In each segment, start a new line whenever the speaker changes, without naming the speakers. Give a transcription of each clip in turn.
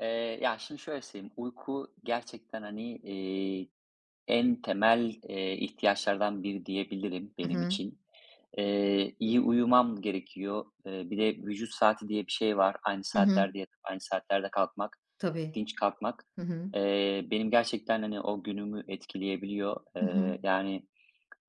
Ya, şimdi şöyle söyleyeyim, uyku gerçekten, hani, en temel, ihtiyaçlardan biri diyebilirim
Hı
benim
hı.
için. İyi uyumam gerekiyor. Bir de vücut saati diye bir şey var. Aynı
Hı hı.
saatlerde yatıp aynı saatlerde kalkmak,
Tabii.
dinç kalkmak,
Hı hı.
benim gerçekten, hani, o günümü etkileyebiliyor.
Hı hı.
Yani,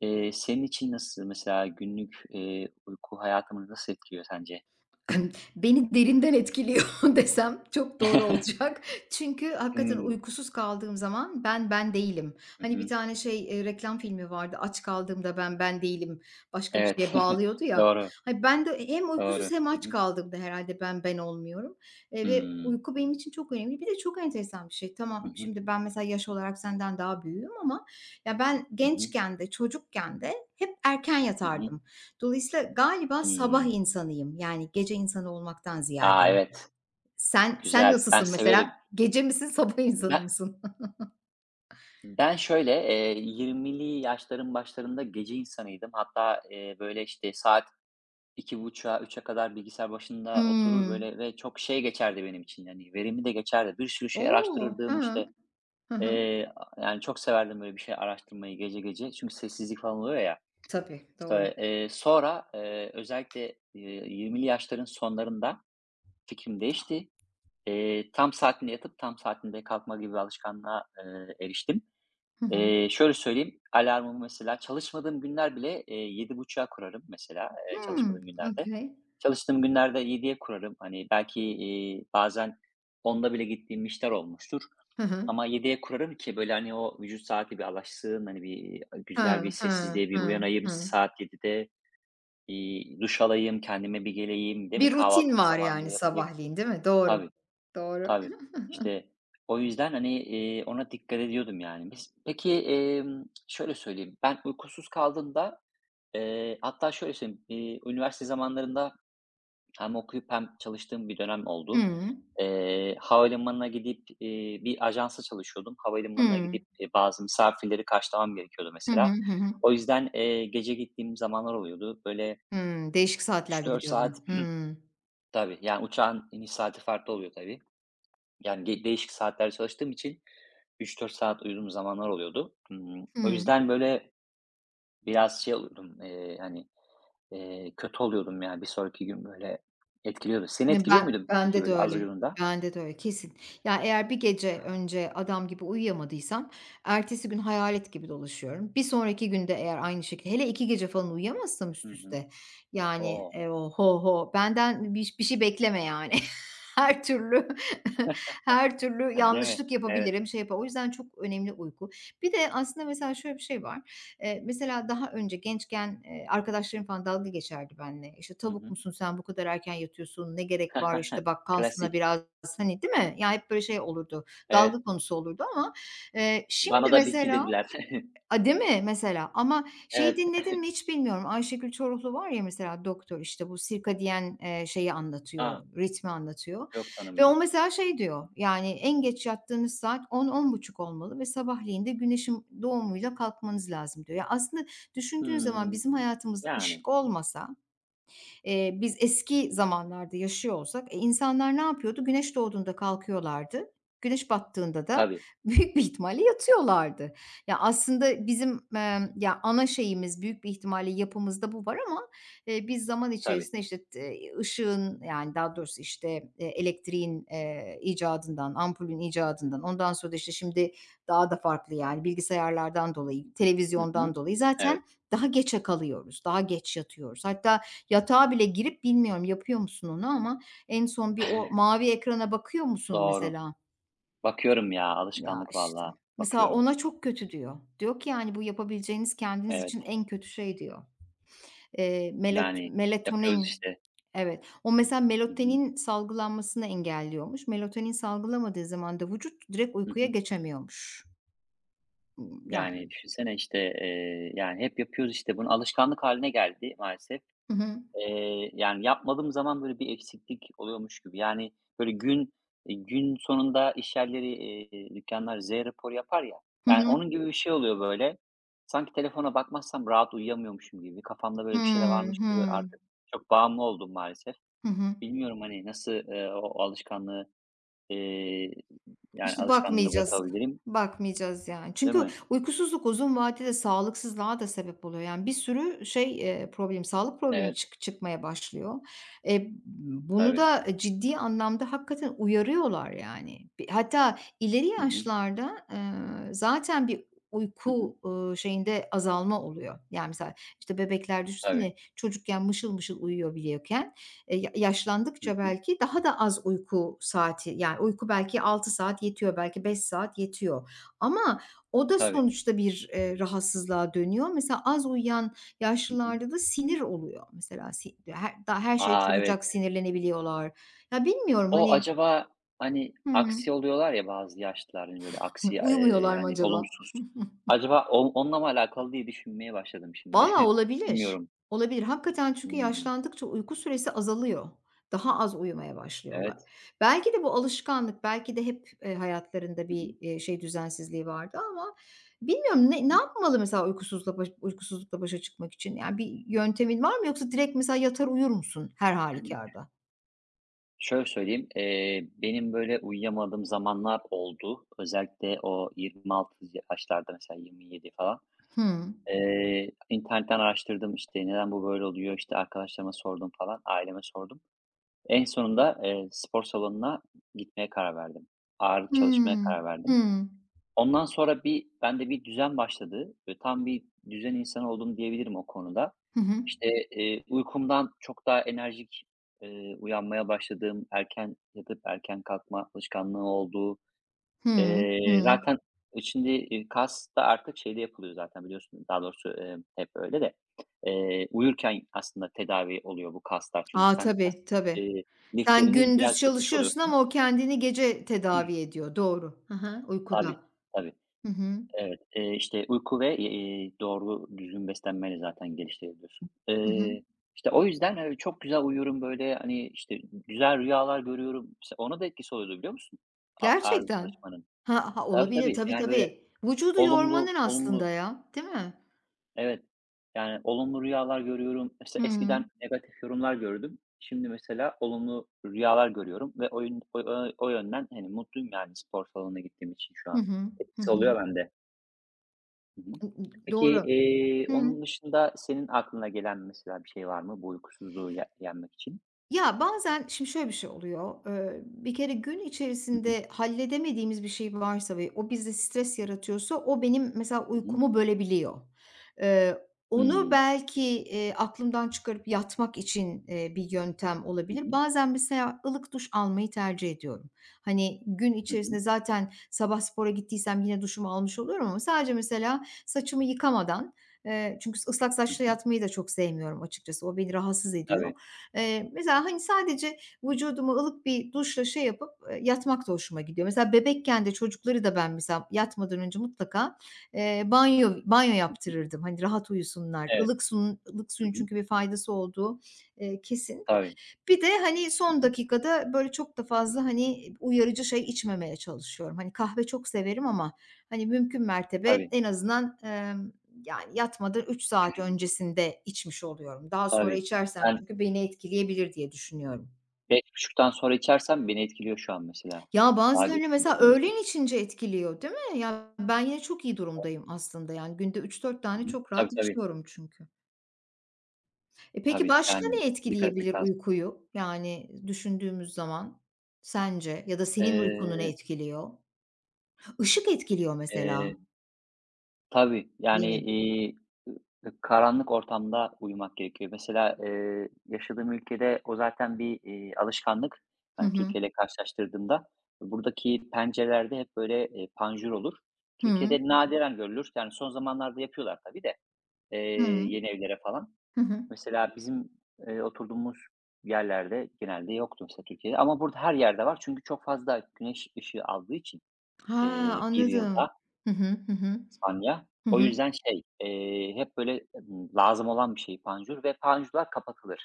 senin için nasıl mesela günlük, uyku hayatını nasıl etkiliyor sence?
Beni derinden etkiliyor desem çok doğru olacak. Çünkü hakikaten
Hımm.
uykusuz kaldığım zaman ben ben değilim.
Hı
Hani bir
hı.
tane şey, reklam filmi vardı, "Aç kaldığımda ben ben değilim." Başka bir şeye
Evet.
bağlıyordu ya.
Doğru.
Hani ben de hem
Doğru.
uykusuz hem
Hı
aç
hı.
kaldığımda herhalde ben ben olmuyorum, ve
Hımm.
uyku benim için çok önemli. Bir de çok enteresan bir şey.
Hı
Tamam,
hı.
şimdi ben mesela yaş olarak senden daha büyüğüm ama ya ben
Hı hı.
gençken de çocukken de hep erken
Hı hı.
yatardım. Dolayısıyla galiba sabah
Hımm.
insanıyım, yani gece insanı olmaktan ziyade.
A, evet.
Sen
Güzel. Ben
nasılsın mesela?
severim.
Gece misin, sabah insanı
Ben
mısın?
ben şöyle, 20'li yaşların başlarında gece insanıydım. Hatta, böyle, işte, saat 2.30'a 3'e kadar bilgisayar başında oturur,
Hımm.
böyle, ve çok şey geçerdi benim için, yani verimli de geçerdi. Bir sürü şey
O!
araştırırdım,
Ha.
işte,
Hı hı.
eee, yani, çok severdim böyle bir şey araştırmayı gece gece. Çünkü sessizlik falan oluyor ya.
Tabii, doğru.
İşte, sonra, özellikle, 20'li yaşların sonlarında fikrim değişti. Tam saatinde yatıp tam saatinde kalkma gibi bir alışkanlığa, eriştim.
Hı hı.
Şöyle söyleyeyim, alarmımı mesela çalışmadığım günler bile, 7.30'a kurarım mesela,
Hımm,
çalışmadığım günlerde.
okay.
Çalıştığım günlerde yediye kurarım. Hani, belki, bazen onda bile gittiğim işler olmuştur
Hı hı.
ama yediye kurarım ki böyle, hani, o vücut saati bir alışsın, hani, bir
Ha
güzel bir
hı,
sessizliğe bir
hı,
uyanayım
hı.
saat yedide. Duş alayım, kendime bir geleyim, değil mi?
Bir rutin
Kahvaltımı
var
zamanında
yani
yapayım.
sabahleyin, değil mi? Doğru.
Tabii.
Doğru.
Tabii. İşte, o yüzden, hani, ona dikkat ediyordum yani. Peki, şöyle söyleyeyim, ben uykusuz kaldığımda, hatta şöyle söyleyeyim, üniversite zamanlarında hem okuyup hem çalıştığım bir dönem oldu.
Hıı.
Havalimanına gidip, bir ajansa çalışıyordum. Havalimanına
Hıı.
gidip, bazı misafirleri karşılamam gerekiyordu
Hı hı,
mesela.
hı hı.
O yüzden, gece gittiğim zamanlar oluyordu. Böyle
Hıı, değişik
üç
saatlerde
dört saat
gidiyordun. Hıı.
Tabii, yani uçağın iniş saati farklı oluyor tabii. Yani, değişik saatlerde çalıştığım için 3-4 saat uyuduğum zamanlar oluyordu. O
Hıı.
yüzden, böyle, biraz şey oluyordum, hani, kötü oluyordum yani bir sonraki gün, böyle, etkiliyordu. Seni etkiliyor
Ben
muydu peki,
bende de
böyle, az
öyle,
uyuduğunda?
bende de öyle, kesin. Ya, eğer bir gece önce adam gibi uyuyamadıysam ertesi gün hayalet gibi dolaşıyorum. Bir sonraki günde eğer aynı şekilde hele 2 gece falan uyuyamazsam
Hı
üst
hı.
üste, yani,
O!
o ho ho, benden bir şey bekleme yani. Her türlü her türlü
Değil mi?
yanlışlık
Evet.
yapabilirim, şey yapa O yüzden çok önemli uyku. Bir de aslında mesela şöyle bir şey var. Mesela daha önce gençken, arkadaşlarım falan dalga geçerdi benimle. İşte,
Hı
"Tavuk
hı.
musun sen, bu kadar erken yatıyorsun, ne gerek var, işte, bak kalsana
Klasik.
biraz." Hani, değil mi? Ya, hep böyle şey olurdu, dalga
Evet.
konusu olurdu ama, şimdi
Bana da bitki
mesela.
dediler.
A, değil mi? Mesela ama şeyi
Evet.
dinledin mi hiç bilmiyorum. Ayşegül Çoruhlu var ya mesela doktor, işte, bu circadian, şeyi anlatıyor,
A!
ritmi anlatıyor
Yok,
ve o
tanımıyorum.
mesela şey diyor, yani, en geç yattığınız saat 10 buçuk olmalı ve sabahleyin de güneşin doğumuyla kalkmanız lazım diyor. Ya, aslında düşündüğün zaman
Hımm.
bizim hayatımızda
Yani.
ışık olmasa. Biz eski zamanlarda yaşıyor olsak, insanlar ne yapıyordu? Güneş doğduğunda kalkıyorlardı. Güneş battığında da
Tabii,
büyük bir ihtimalle yatıyorlardı. Ya, aslında bizim, ya, ana şeyimiz büyük bir ihtimalle yapımızda bu var ama, biz zaman
tabii.
içerisinde, işte, ışığın, yani, daha doğrusu, işte, elektriğin, icadından, ampulün icadından, ondan sonra da, işte, şimdi daha da farklı, yani, bilgisayarlardan dolayı,
Hı hı.
televizyondan dolayı
Evet.
zaten daha geçe kalıyoruz, daha geç yatıyoruz. Hatta. Yatağa bile girip bilmiyorum yapıyor musun onu ama en son bir o mavi ekrana bakıyor musun
Doğru.
mesela?
Bakıyorum ya,
Ya,
alışkanlık
işte.
vallahi.
Mesela
Bakıyorum.
ona çok kötü diyor. Diyor ki, yani, "Bu yapabileceğiniz kendiniz
Evet,
için en kötü şey." diyor. Melot
yani, yapıyoruz
melatonin.
işte.
Evet. O mesela
Hı hı.
melatonin salgılanmasını engelliyormuş. Melatonin salgılamadığı zaman da vücut direkt
Hı
uykuya
hı.
geçemiyormuş. Yani.
Yani, düşünsene, işte, yani, hep yapıyoruz işte bunun alışkanlık haline geldi maalesef.
Hı hı.
Yani, yapmadığım zaman böyle bir eksiklik oluyormuş gibi. Yani, böyle gün sonunda iş yerleri, dükkânlar Z raporu yapar ya,
Hı
yani,
hı.
onun gibi bir şey oluyor böyle. Sanki telefona bakmazsam rahat uyuyamıyormuşum gibi, kafamda böyle bir şeyler
Hımm.
varmış gibi
Hımm.
artık çok bağımlı oldum maalesef.
Hı hı.
Bilmiyorum, hani, nasıl, o alışkanlığı Eee, yani,
İşte
alışkanlığını
bakmayacağız.
bırakabilirim,
Bakmayacağız yani.
değil
Çünkü
mi?
uykusuzluk uzun vadede sağlıksızlığa da sebep oluyor. Yani bir sürü şey, problem, sağlık problemi
Evet,
çıkmaya başlıyor. E, bunu
tabii.
da ciddi anlamda hakikaten uyarıyorlar yani. Hatta ileri
Hı hı.
yaşlarda, zaten bir
Hı hı.
uyku, şeyinde azalma oluyor. Yani mesela, işte, bebekler
Tabii.
düşünsene çocukken mışıl mışıl uyuyor biliyorken. Ya
Hı
yaşlandıkça
hı.
belki daha da az uyku saati, yani, uyku belki 6 saat yetiyor, belki 5 saat yetiyor ama o da
Tabii.
sonuçta bir, rahatsızlığa dönüyor. Mesela az uyuyan
Hı hı.
yaşlılarda da sinir oluyor. Mesela si her da her şeye
A, evet.
çabucak sinirlenebiliyorlar. Ya, bilmiyorum,
O
hani.
acaba, hani,
Hı hı.
aksi oluyorlar ya bazı yaşlılar, hani, böyle aksi,
Uyumuyorlar mı
hani,
acaba?
olumsuz. Acaba o onunla mı alakalı diye düşünmeye başladım şimdi.
Valla olabilir.
Bilmiyorum.
Olabilir. Hakikaten çünkü
Hımm.
yaşlandıkça uyku süresi azalıyor. Daha az uyumaya başlıyorlar.
Evet.
Belki de bu alışkanlık, belki de hep, hayatlarında
Hı hı.
bir, şey düzensizliği vardı ama bilmiyorum
Hı
ne
hı.
yapmalı mesela uykusuzla baş uykusuzlukla başa çıkmak için? Yani bir yöntemin var mı yoksa direkt mesela yatar uyur musun her halükarda?
Şöyle söyleyeyim, benim böyle uyuyamadığım zamanlar oldu. Özellikle o 26 yaşlarda mesela 27 falan.
Hıı.
İnternetten araştırdım, işte, neden bu böyle oluyor, işte, arkadaşlarıma sordum falan, aileme sordum. En sonunda, spor salonuna gitmeye karar verdim. Ağırlık çalışmaya
Hıı.
karar verdim.
Hıı.
Ondan sonra bende bir düzen başladı ve tam bir düzen insanı oldum diyebilirim o konuda.
Hı hı.
İşte, uykumdan çok daha enerjik, uyanmaya başladığım, erken yatıp erken kalkma alışkanlığı oldu.
Hı. Hı.
Zaten şimdi, kas da artık şeyde yapılıyor zaten biliyorsun. Daha doğrusu, hep öyle de, uyurken aslında tedavi oluyor bu kaslar. Çünkü
A,
sen kas,
tabii, tabii.
eee,
Sen
liflerini biraz
gündüz
yapmış
çalışıyorsun
oluyorsun.
ama o kendini gece tedavi ediyor. Doğru. Hı hı,
Tabii,
uykuda.
tabii.
Hı hı.
Evet, işte uyku ve, doğru düzgün beslenmeyle zaten geliştirebiliyorsun.
Hı hı.
İşte o yüzden, çok güzel uyuyorum böyle, hani, işte güzel rüyalar görüyorum. Mesela ona da etkisi oluyordu biliyor musun? A, ağırlık
Gerçekten.
çalışmanın.
Ha ha,
Tabii,
olabilir.
tabii.
Tabii,
Yani böyle
tabii. Vücudu
olumlu
yormanın
olumlu.
aslında ya, değil mi?
Evet. Yani olumlu rüyalar görüyorum. İşte
Hıı.
eskiden negatif yorumlar gördüm. Şimdi mesela olumlu rüyalar görüyorum ve o yönden, hani, mutluyum yani spor salonuna gittiğim için şu
Hı
an.
hı. Hı
Etkisi
hı.
oluyor bende. Hı hı.
Hı.
Peki,
Doğru. Hı.
onun dışında senin aklına gelen mesela bir şey var mı bu uykusuzluğu yenmek için?
Ya, bazen şimdi şöyle bir şey oluyor, bir kere gün
Hı hı.
içerisinde halledemediğimiz bir şey varsa ve o bizde stres yaratıyorsa o benim mesela
Hı hı.
uykumu bölebiliyor. Eee, onu
Hımm.
belki, aklımdan çıkarıp yatmak için, bir yöntem
Hı
olabilir.
hı.
Bazen mesela ılık duş almayı tercih ediyorum. Hani, gün
Hı hı.
içerisinde zaten sabah spora gittiysem yine duşumu almış oluyorum ama sadece mesela saçımı yıkamadan, çünkü ıslak
Hı
saçla
hı.
yatmayı da çok sevmiyorum açıkçası, o beni rahatsız ediyor.
Tabii.
Mesela, hani, sadece vücudumu ılık bir duşla şey yapıp, yatmak da hoşuma gidiyor. Mesela bebekken de çocukları da ben mesela yatmadan önce mutlaka, banyo banyo
Hı hı.
yaptırırdım, hani, rahat uyusunlar.
Evet.
Ilık
Hı
suyun
hı.
çünkü bir faydası olduğu, kesin.
Tabii.
Bir de, hani,
Hı
son
hı.
dakikada, böyle, çok da fazla, hani, uyarıcı şey içmemeye çalışıyorum. Hani, kahve çok severim ama, hani, mümkün mertebe
Tabii,
en azından, yani, yatmadan 3 saat öncesinde içmiş oluyorum. Daha sonra
tabii.
içersem
Ben
çünkü beni etkileyebilir diye düşünüyorum.
5.30'dan sonra içersem beni etkiliyor şu an mesela.
Ya,
Daha
bazılarını
geç
mesela
uyuyorum o yüzden.
öğlen içince etkiliyor, değil mi? Ya, ben yine çok iyi durumdayım aslında, yani, günde üç dört
Hı
tane
hı.
çok
Tabii,
rahat
tabii.
içiyorum çünkü. E, peki
Tabii,
başka
yani
ne
dikkat
etkileyebilir
etmek lazım.
uykuyu? Yani düşündüğümüz zaman sence ya da senin uykunu ne
Eee,
etkiliyor? Işık etkiliyor mesela
eee, tabii, yani,
benim.
iii, ı karanlık ortamda uyumak gerekiyor. Mesela, yaşadığım ülkede o zaten bir, alışkanlık.
Hı
Hani,
hı.
Türkiye'yle karşılaştırdığımda buradaki pencerelerde hep böyle, panjur olur. Türkiye'de
Hıı.
nadiren görülür. Yani son zamanlarda yapıyorlar tabii de, eee,
Hıı.
yeni evlere falan.
Hı hı.
Mesela bizim, oturduğumuz yerlerde genelde yoktu mesela Türkiye'de ama burada her yerde var. Çünkü çok fazla güneş ışığı aldığı için,
Ha,
bir
anladım.
yılda
Hı hı. Hı hı.
İspanya.
Hı
O
hı.
yüzden şey, hep böyle, lazım olan bir şey panjur ve panjurlar kapatılır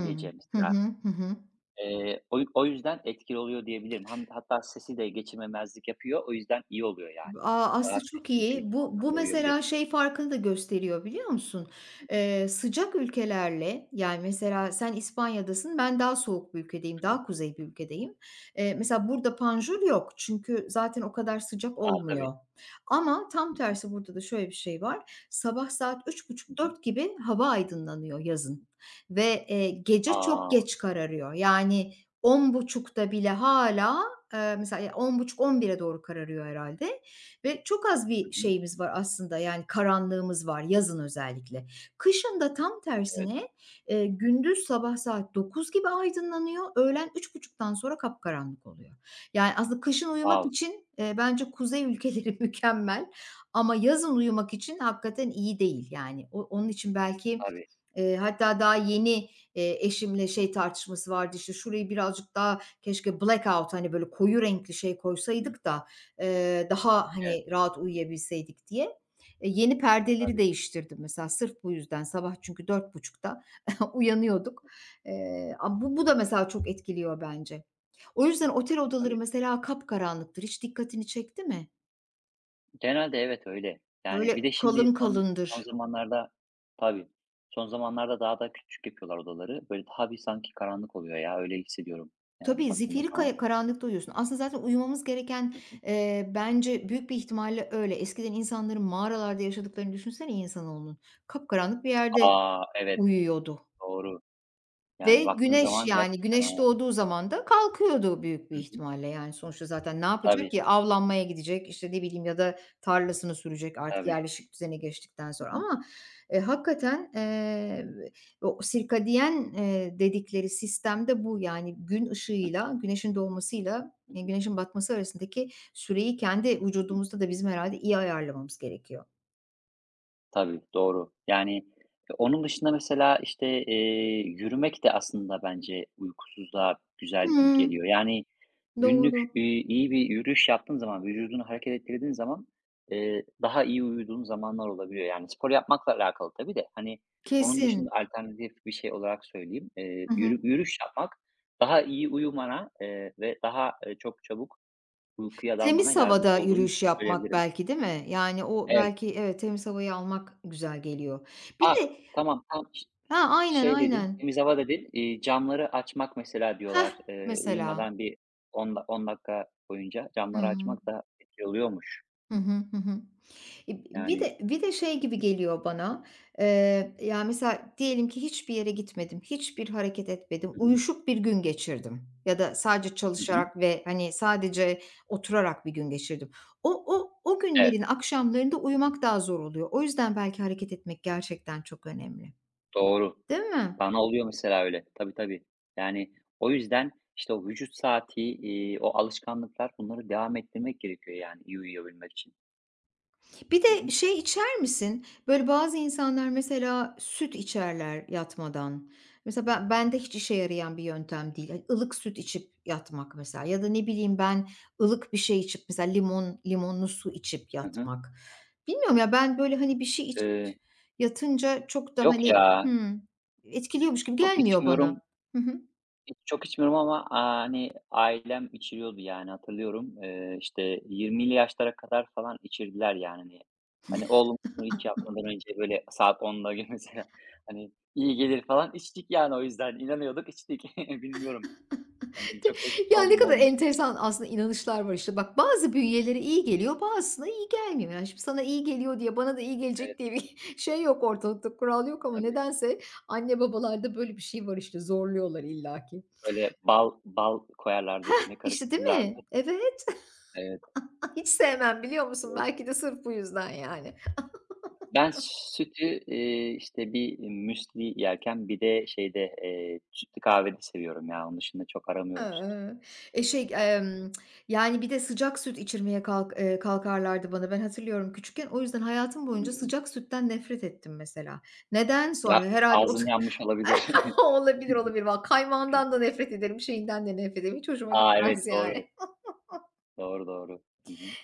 gece
Hı
mesela.
hı. Hı hı.
O yüzden etkili oluyor diyebilirim. Hatta sesi de geçirmemezlik yapıyor. O yüzden iyi oluyor yani.
A,
Daha
aslında çok
sessiz bir
iyi. Bu
ortamda
mesela
uyuyabiliyorsun.
şey farkını da gösteriyor biliyor musun? Sıcak ülkelerle, yani, mesela sen İspanya'dasın, ben daha soğuk bir ülkedeyim,
Hı
daha
hı.
kuzey bir ülkedeyim. Mesela burada panjur yok çünkü zaten o kadar sıcak
A, tabii.
olmuyor. Ama tam
Hı hı.
tersi burada da şöyle bir şey var. Sabah saat üç
Hı
buçuk
hı.
dört gibi hava aydınlanıyor yazın ve, gece çok
A!
geç kararıyor. Yani 10.30'da bile hala mesela 10.30 on bire doğru kararıyor herhalde. Ve çok az
Hı
bir
hı.
şeyimiz var aslında, yani karanlığımız var yazın özellikle. Kışın da tam
Evet.
tersine, gündüz sabah saat 9 gibi aydınlanıyor, öğlen 3.30'dan sonra kapkaranlık oluyor. Yani aslında kışın uyumak
Wow!
için, bence kuzey ülkeleri mükemmel ama yazın uyumak için hakikaten iyi değil yani. Onun için belki,
Tabii.
eee, hatta daha yeni, eşimle şey tartışması vardı, işte, "Şurayı birazcık daha keşke blackout, hani, böyle koyu renkli şey
Hı hı.
koysaydık da daha,
Evet.
hani, rahat uyuyabilseydik diye. Yeni perdeleri
Tabii,
değiştirdim mesela sırf bu yüzden. Sabah çünkü 4.30'da uyanıyorduk. A bu bu da mesela çok etkiliyor bence. O yüzden otel odaları
tabii.
mesela kapkaranlıktır. Hiç dikkatini çekti mi?
Genelde evet, öyle. Yani bir
Böyle
de şimdi
kalın
son
kalındır.
zamanlarda. Tabii. Son zamanlarda daha da küçük yapıyorlar odaları. Böyle daha bir sanki karanlık oluyor ya, öyle hissediyorum yani
Tabii,
baktığımız
zifiri
zaman.
karanlıkta uyuyorsun. Aslında zaten uyumamız gereken,
aa
eee, bence büyük bir ihtimalle öyle. Eskiden insanların mağaralarda yaşadıklarını düşünsene insanoğlunun. Kapkaranlık bir yerde
Evet,
uyuyordu.
doğru.
Ve
Yani baktığın
güneş,
zaman
yani,
gerçekten
güneş
ha.
doğduğu zaman da kalkıyordu büyük bir
Hı hı.
ihtimalle. Yani, sonuçta zaten ne yapacak
Tabii,
ki? Avlanmaya gidecek, işte, ne bileyim ya da tarlasını sürecek artık
tabii.
yerleşik düzene geçtikten sonra ama, hakikaten, o sirkadiyen, dedikleri sistemde bu. Yani, gün
Hı hı,
ışığıyla, güneşin doğmasıyla,
hı
eee,
hı,
güneşin batması arasındaki süreyi kendi
hı hı.
vücudumuzda da bizim herhalde iyi ayarlamamız gerekiyor.
Tabii, doğru. Yani onun dışında mesela, işte, yürümek de aslında bence uykusuzluğa güzel iyi
Hımm.
geliyor. Yani günlük,
Doğru.
iyi bir yürüyüş yaptığın zaman, vücudunu hareket ettirdiğin zaman, daha iyi uyuduğun zamanlar olabiliyor. Yani spor yapmakla alakalı tabii de. Hani onun
Kesin.
dışında alternatif bir şey olarak söyleyeyim.
Hı hı.
Yürüyüş yapmak daha iyi uyumana, ve daha, çok çabuk uykuya dalmana
Temiz
yardımcı
havada
olduğunu
yürüyüş yapmak
söyleyebilirim.
belki, değil mi? Yani, o
Evet.
belki evet, temiz havayı almak güzel geliyor. Bir
Ah,
de.
tamam, tam
Ha, aynen,
şey dedin,
aynen.
temiz hava dedin, camları açmak mesela
Heh,
diyorlar,
mesela.
uyumadan bir 10 da 10 dakika boyunca
Hı
camları
hı.
açmak da etkili oluyormuş.
Hı hı, hı hı. Bir
Yani.
de şey
Hı
gibi
hı.
geliyor bana, ya, mesela diyelim ki hiçbir yere gitmedim, hiçbir hareket etmedim,
Hı hı.
uyuşuk bir gün geçirdim ya da sadece
Hı hı.
çalışarak ve, hani, sadece oturarak bir gün geçirdim. O
Evet,
günlerin akşamlarında uyumak daha zor oluyor. O yüzden belki hareket etmek gerçekten çok önemli,
doğru.
değil mi?
Bana oluyor mesela öyle. Tabii, tabii. Yani o yüzden, işte, o vücut saati, o alışkanlıklar bunları devam ettirmek gerekiyor yani iyi uyuyabilmek için.
Bir
Hı
de
hı.
şey içer misin? Böyle bazı insanlar mesela süt içerler yatmadan. Mesela bende hiç işe yarayan bir yöntem değil. Hani ılık süt içip yatmak mesela ya da ne bileyim ben ılık bir şey içip mesela limonlu su içip
Hı hı.
yatmak. Bilmiyorum ya ben böyle hani bir şey içip
Eee,
yatınca çok da
Yok
hani,
ya,
hımm, etkiliyormuş gibi
çok
gelmiyor bana.
içmiyorum.
Hı hı.
Çok içmiyorum ama, hani, ailem içiriyordu, yani, hatırlıyorum. İşte 20'li yaşlara kadar falan içirdiler, yani, hani. Hani, "Oğlum bunu hiç yapmadan önce, böyle, saat 10'da gibi mesela, hani, iyi gelir." falan. İçtik yani, o yüzden. İnanıyorduk içtik. Bilmiyorum. Hani, çok etkisi
Ya,
oldu
ne
mu
kadar
olmadı.
enteresan aslında inanışlar var, işte. Bak, bazı bünyeleri iyi geliyor, bazısına iyi gelmiyor. Yani, şimdi sana iyi geliyor diye bana da iyi gelecek
Evet,
diye bir şey yok ortalıkta, kural yok ama
tabii.
nedense anne babalarda böyle bir şey var, işte, zorluyorlar illaki.
Böyle bal bal koyarlardı içine,
İşte, değil
karıştırırlardı.
mi? Evet.
Evet,
Hiç sevmem biliyor musun?
evet.
Belki de sırf bu yüzden, yani.
Ben sütü, işte bir müsli yerken bir de şeyde, sütlü kahvede seviyorum ya. Onun dışında çok aramıyorum sütü.
Hıı. E, şey, yani, bir de sıcak süt içirmeye kalkarlardı bana. Ben hatırlıyorum küçükken. O yüzden hayatım boyunca
Hımm.
sıcak sütten nefret ettim mesela. Neden
Ya,
sonra? Herhâlde o.
ağzın yanmış olabilir.
Olabilir, olabilir. Valla kaymağından da nefret ederim, şeyinden de nefret ederim. Hiç hoşuma
A,
gitmez
evet, doğru.
yani.
Doğru, doğru. Hı hı.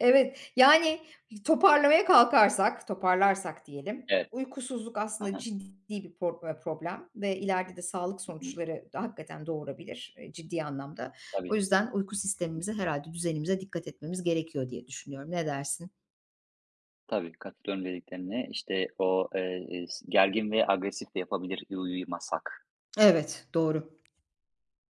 Evet, yani toparlamaya kalkarsak, toparlarsak diyelim,
Evet.
uykusuzluk
Hı
aslında
hı.
ciddi bir problem ve ileride de sağlık
Hı hı.
sonuçları da hakikaten doğurabilir, ciddi anlamda. O
Tabii,
yüzden uyku sistemimize herhalde düzenimize dikkat etmemiz gerekiyor diye düşünüyorum. Ne dersin?
tabii, katılıyorum dediklerine. İşte, o, s gergin ve agresif de yapabilir uyumasak.
Evet, doğru.